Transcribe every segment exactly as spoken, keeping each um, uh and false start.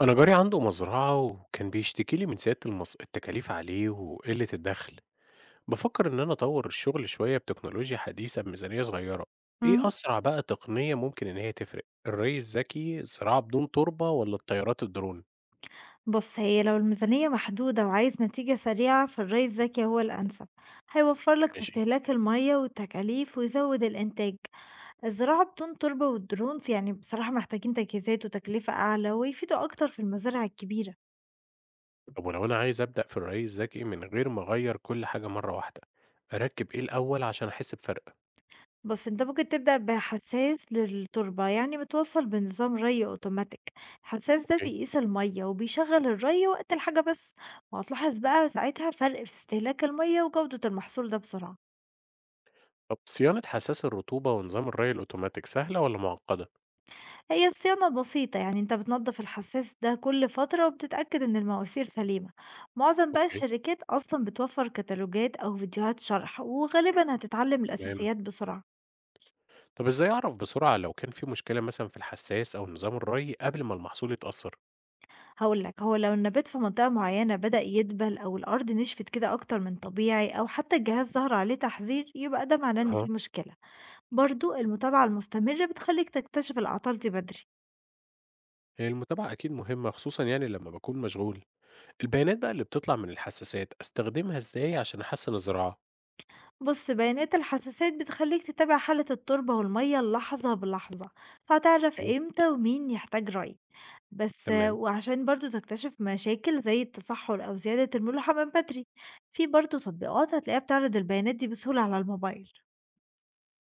أنا جاري عنده مزرعة وكان بيشتكي لي من زيادة المص... التكاليف عليه وقلة الدخل. بفكر إن أنا أطور الشغل شوية بتكنولوجيا حديثة بميزانية صغيرة. إيه اهم. أسرع بقى تقنية ممكن إن هي تفرق، الري الذكي، الزراعة بدون تربة، ولا الطيارات الدرون؟ بُص، هي لو الميزانية محدودة وعايز نتيجة سريعة فالري الذكي هو الأنسب. هيوفّر لك في ماشي. استهلاك المَيّة والتكاليف ويزوّد الإنتاج. الزراعة بدون تربة والdrones يعني بصراحة محتاجين تجهيزات وتكلفة أعلى ويفيدوا أكتر في المزارع الكبيرة. طب ولو أنا عايز أبدأ في الري الذكي من غير ما أغير كل حاجة مرة واحدة، أركب إيه الأول عشان أحس بفرق؟ بُص، أنت ممكن تبدأ بحساس للتربة يعني بيتوصّل بنظام ري أوتوماتيك. الحساس ده أوكي. بيقيس المَيّة وبيشغّل الري وقت الحاجة بس. وهتلاحظ بقى ساعتها فرق في استهلاك المَيّة وجودة المحصول ده بسرعة. طب صيانة حساس الرطوبة ونظام الري الأوتوماتيك سهلة ولا معقدة؟ هي الصيانة بسيطة، يعني انت بتنظف الحساس ده كل فترة وبتتأكد ان المواسير سليمة. معظم بقى أوكي، الشركات اصلا بتوفر كتالوجات او فيديوهات شرح، وغالبا هتتعلم تمام. الاساسيات بسرعة. طب إزاي أعرف بسرعة لو كان في مشكلة مثلًا في الحساس أو نظام الري قبل ما المحصول يتأثر؟ هقولك، هو لو النبات في منطقة معينة بدأ يدبل او الارض نشفت كده اكتر من طبيعي، او حتى الجهاز ظهر عليه تحذير، يبقى ده معناه ان في أها. مشكلة. برضو المتابعة المستمرة بتخليك تكتشف الاعطال دي بدري. المتابعة أكيد مهمة خصوصًا يعني لما باكون مشغول، البيانات بقى اللي بتطلع من الحساسات أستخدمها إزاي عشان أحسن الزراعة؟ بص، بيانات الحساسات بتخليك تتابع حالة التربة والمية لحظة بلحظة، فهتعرف إيه؟ امتى ومين يحتاج ري. بس آه، تمام. وعشان برضو تكتشف مشاكل زي التصحر أو زيادة الملوحة من بدري. في برضو تطبيقات هتلاقيها بتعرض البيانات دي بسهولة على الموبايل.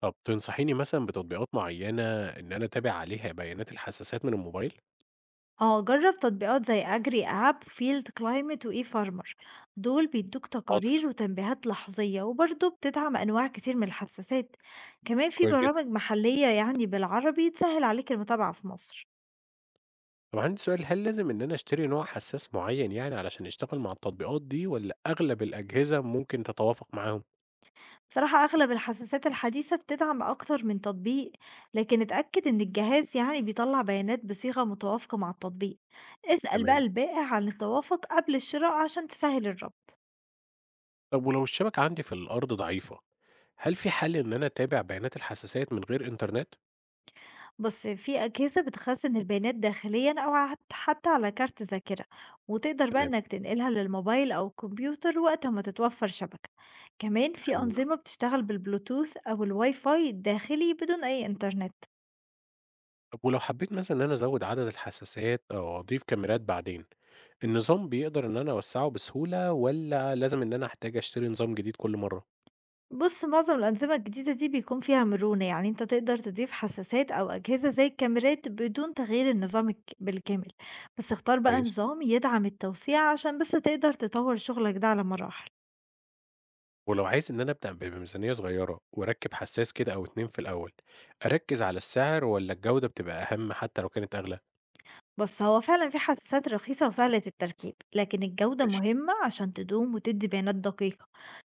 طب تنصحيني مثلًا بتطبيقات معينة إن أنا أتابع عليها بيانات الحساسات من الموبايل؟ اه، جرب تطبيقات زي أجري أب، فيلد كلايمت، وإي فارمر. دول بيدوك حاضر. تقارير وتنبيهات لحظية، وبرضو بتدعم أنواع كتير من الحساسات. كمان في كويس جدًا. برامج محلية يعني بالعربي تسهل عليك المتابعة في مصر. طب عندي سؤال، هل لازم إن أنا أشتري نوع حساس معين يعني علشان يشتغل مع التطبيقات دي، والّا أغلب الأجهزة ممكن تتوافق معاهم؟ بصراحة أغلب الحساسات الحديثة بتدعم أكتر من تطبيق، لكن اتأكد إن الجهاز يعني بيطلع بيانات بصيغة متوافقة مع التطبيق. اسأل بقى تمام. البائع عن التوافق قبل الشراء عشان تسهل الربط. طب ولو الشبكة عندي في الأرض ضعيفة، هل في حل إن أنا أتابع بيانات الحساسات من غير إنترنت؟ بص، في أجهزة بتخزن البيانات داخليا، أو عت- حتى على كارت ذاكرة، وتقدر بقى تمام. إنك تنقلها للموبايل أو الكمبيوتر وقت ما تتوفر شبكة. كمان في حلو ده. أنظمة بتشتغل بالبلوتوث أو الواي فاي الداخلي بدون أي إنترنت. طب ولو حبيت مثلًا إن أنا أزود عدد الحساسات أو أضيف كاميرات بعدين، النظام بيقدر إن أنا أوسّعه بسهولة، والّا لازم إن أنا أحتاج أشتري نظام جديد كل مرة؟ بُص، معظم الأنظمة الجديدة دي بيكون فيها مرونة، يعني أنت تقدر تضيف حساسات أو أجهزة زي الكاميرات بدون تغيير النظام الك بالكامل. بس اختار بقى كويس. نظام يدعم التوسيع عشان بس تقدر تطور شغلك ده على مراحل. ولو عايز إن أنا أبدأ ب بميزانية صغيرة وأركّب حساس كده أو اتنين في الأول، أركّز على السعر والّا الجودة بتبقى أهم حتى لو كانت أغلى؟ بُص، هو فعلًا في حساسات رخيصة وسهلة التركيب، لكن الجودة ماشي. مهمة عشان تدوم وتدي بيانات دقيقة.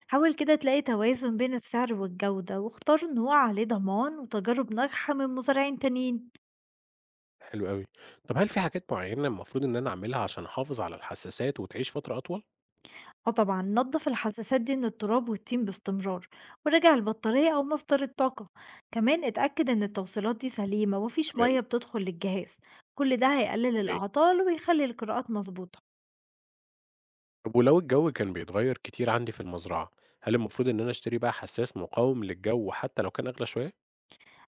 حاول كده تلاقي توازن بين السعر والجودة، واختار نوع عليه ضمان وتجارب ناجحة من مزارعين تانيين. حلو أوي. طب هل في حاجات معيّنة المفروض إن أنا أعملها عشان أحافظ على الحساسات وتعيش فترة أطول؟ آه، طبعا نظف الحساسات دي من التراب والطين باستمرار، وراجع البطارية أو مصدر الطاقة. كمان اتأكد إن التوصيلات دي سليمة ومفيش تمام. مية بتدخل للجهاز. كل ده هيقلل إيه؟ الأعطال ويخلي القراءات مظبوطة. طب ولو الجو كان بيتغير كتير عندي في المزرعة، هل المفروض إن أنا أشتري بقى حساس مقاوم للجو حتى لو كان أغلى شوية؟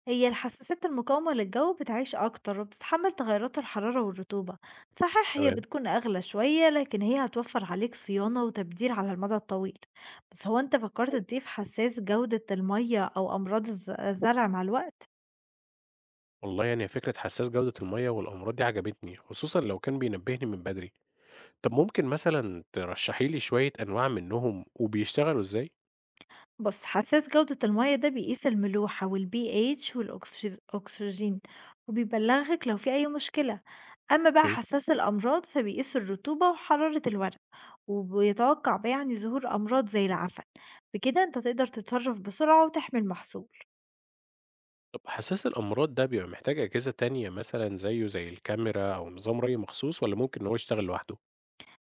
هي الحساسات المقاومة للجو بتعيش أكتر وبتتحمل تغيرات الحرارة والرطوبة. صحيح هي تمام. بتكون أغلى شوية، لكن هي هتوفر عليك صيانة وتبديل على المدى الطويل. بس هو أنت فكرت تضيف حساس جودة المية أو أمراض الز- الزرع مع الوقت؟ والله يعني فكرة حساس جودة المية والأمراض دي عجبتني، خصوصا لو كان بينبهني من بدري. طب ممكن مثلا ترشحي لي شوية أنواع منهم وبيشتغلوا إزاي؟ بُص، حساس جودة المَيّة ده بيقيس الملوحة والpH والأكسج أكسجين، وبيبلغك لو في أي مشكلة. أما بقى اوكي. حساس الأمراض فبيقيس الرطوبة وحرارة الورق، وبيتوقع بقى يعني ظهور أمراض زي العفن. بكده أنت تقدر تتصرف بسرعة وتحمي المحصول. طب حساس الأمراض ده بيبقى محتاج أجهزة تانية مثلا زيه زي الكاميرا أو نظام ري مخصوص، ولا ممكن إن هو يشتغل لوحده؟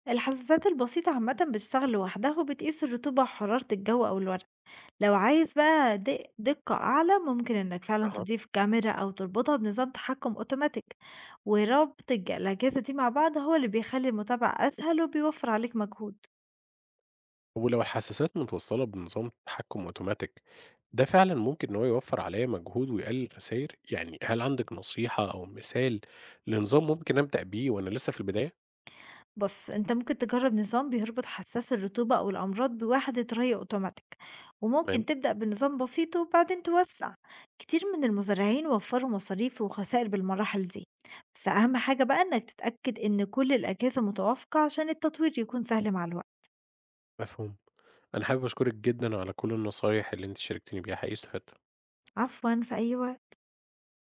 الحساسات البسيطة عامةً بتشتغل لوحدها وبتقيس الرطوبة وحرارة الجو أو الورق. لو عايز بقى د دقة أعلى ممكن إنك فعلًا تضيف كاميرا أو تربطها بنظام تحكم أوتوماتيك، وربط الج الأجهزة دي مع بعض هو اللي بيخلّي المتابعة أسهل وبيوفّر عليك مجهود. ولو الحساسات متوصلة بنظام تحكم أوتوماتيك، ده فعلا ممكن إن هو يوفر عليا مجهود ويقلل خسائر. يعني هل عندك نصيحة أو مثال لنظام ممكن أبدأ بيه وأنا لسه في البداية؟ بُص، أنت ممكن تجرّب نظام بيربط حساس الرطوبة أو الأمراض بوحدة ري أوتوماتيك، تمام. وممكن تبدأ بنظام بسيط وبعدين توسّع. كتير من المزارعين وفّروا مصاريف وخسائر بالمراحل دي، بس أهم حاجة بقى إنك تتأكد إن كل الأجهزة متوافقة عشان التطوير يكون سهل مع الوقت. مفهوم. أنا حابب أشكرك جدا على كل النصايح اللي أنت شاركتني بيها، حقيقي استفدت. عفوًا، في أي وقت.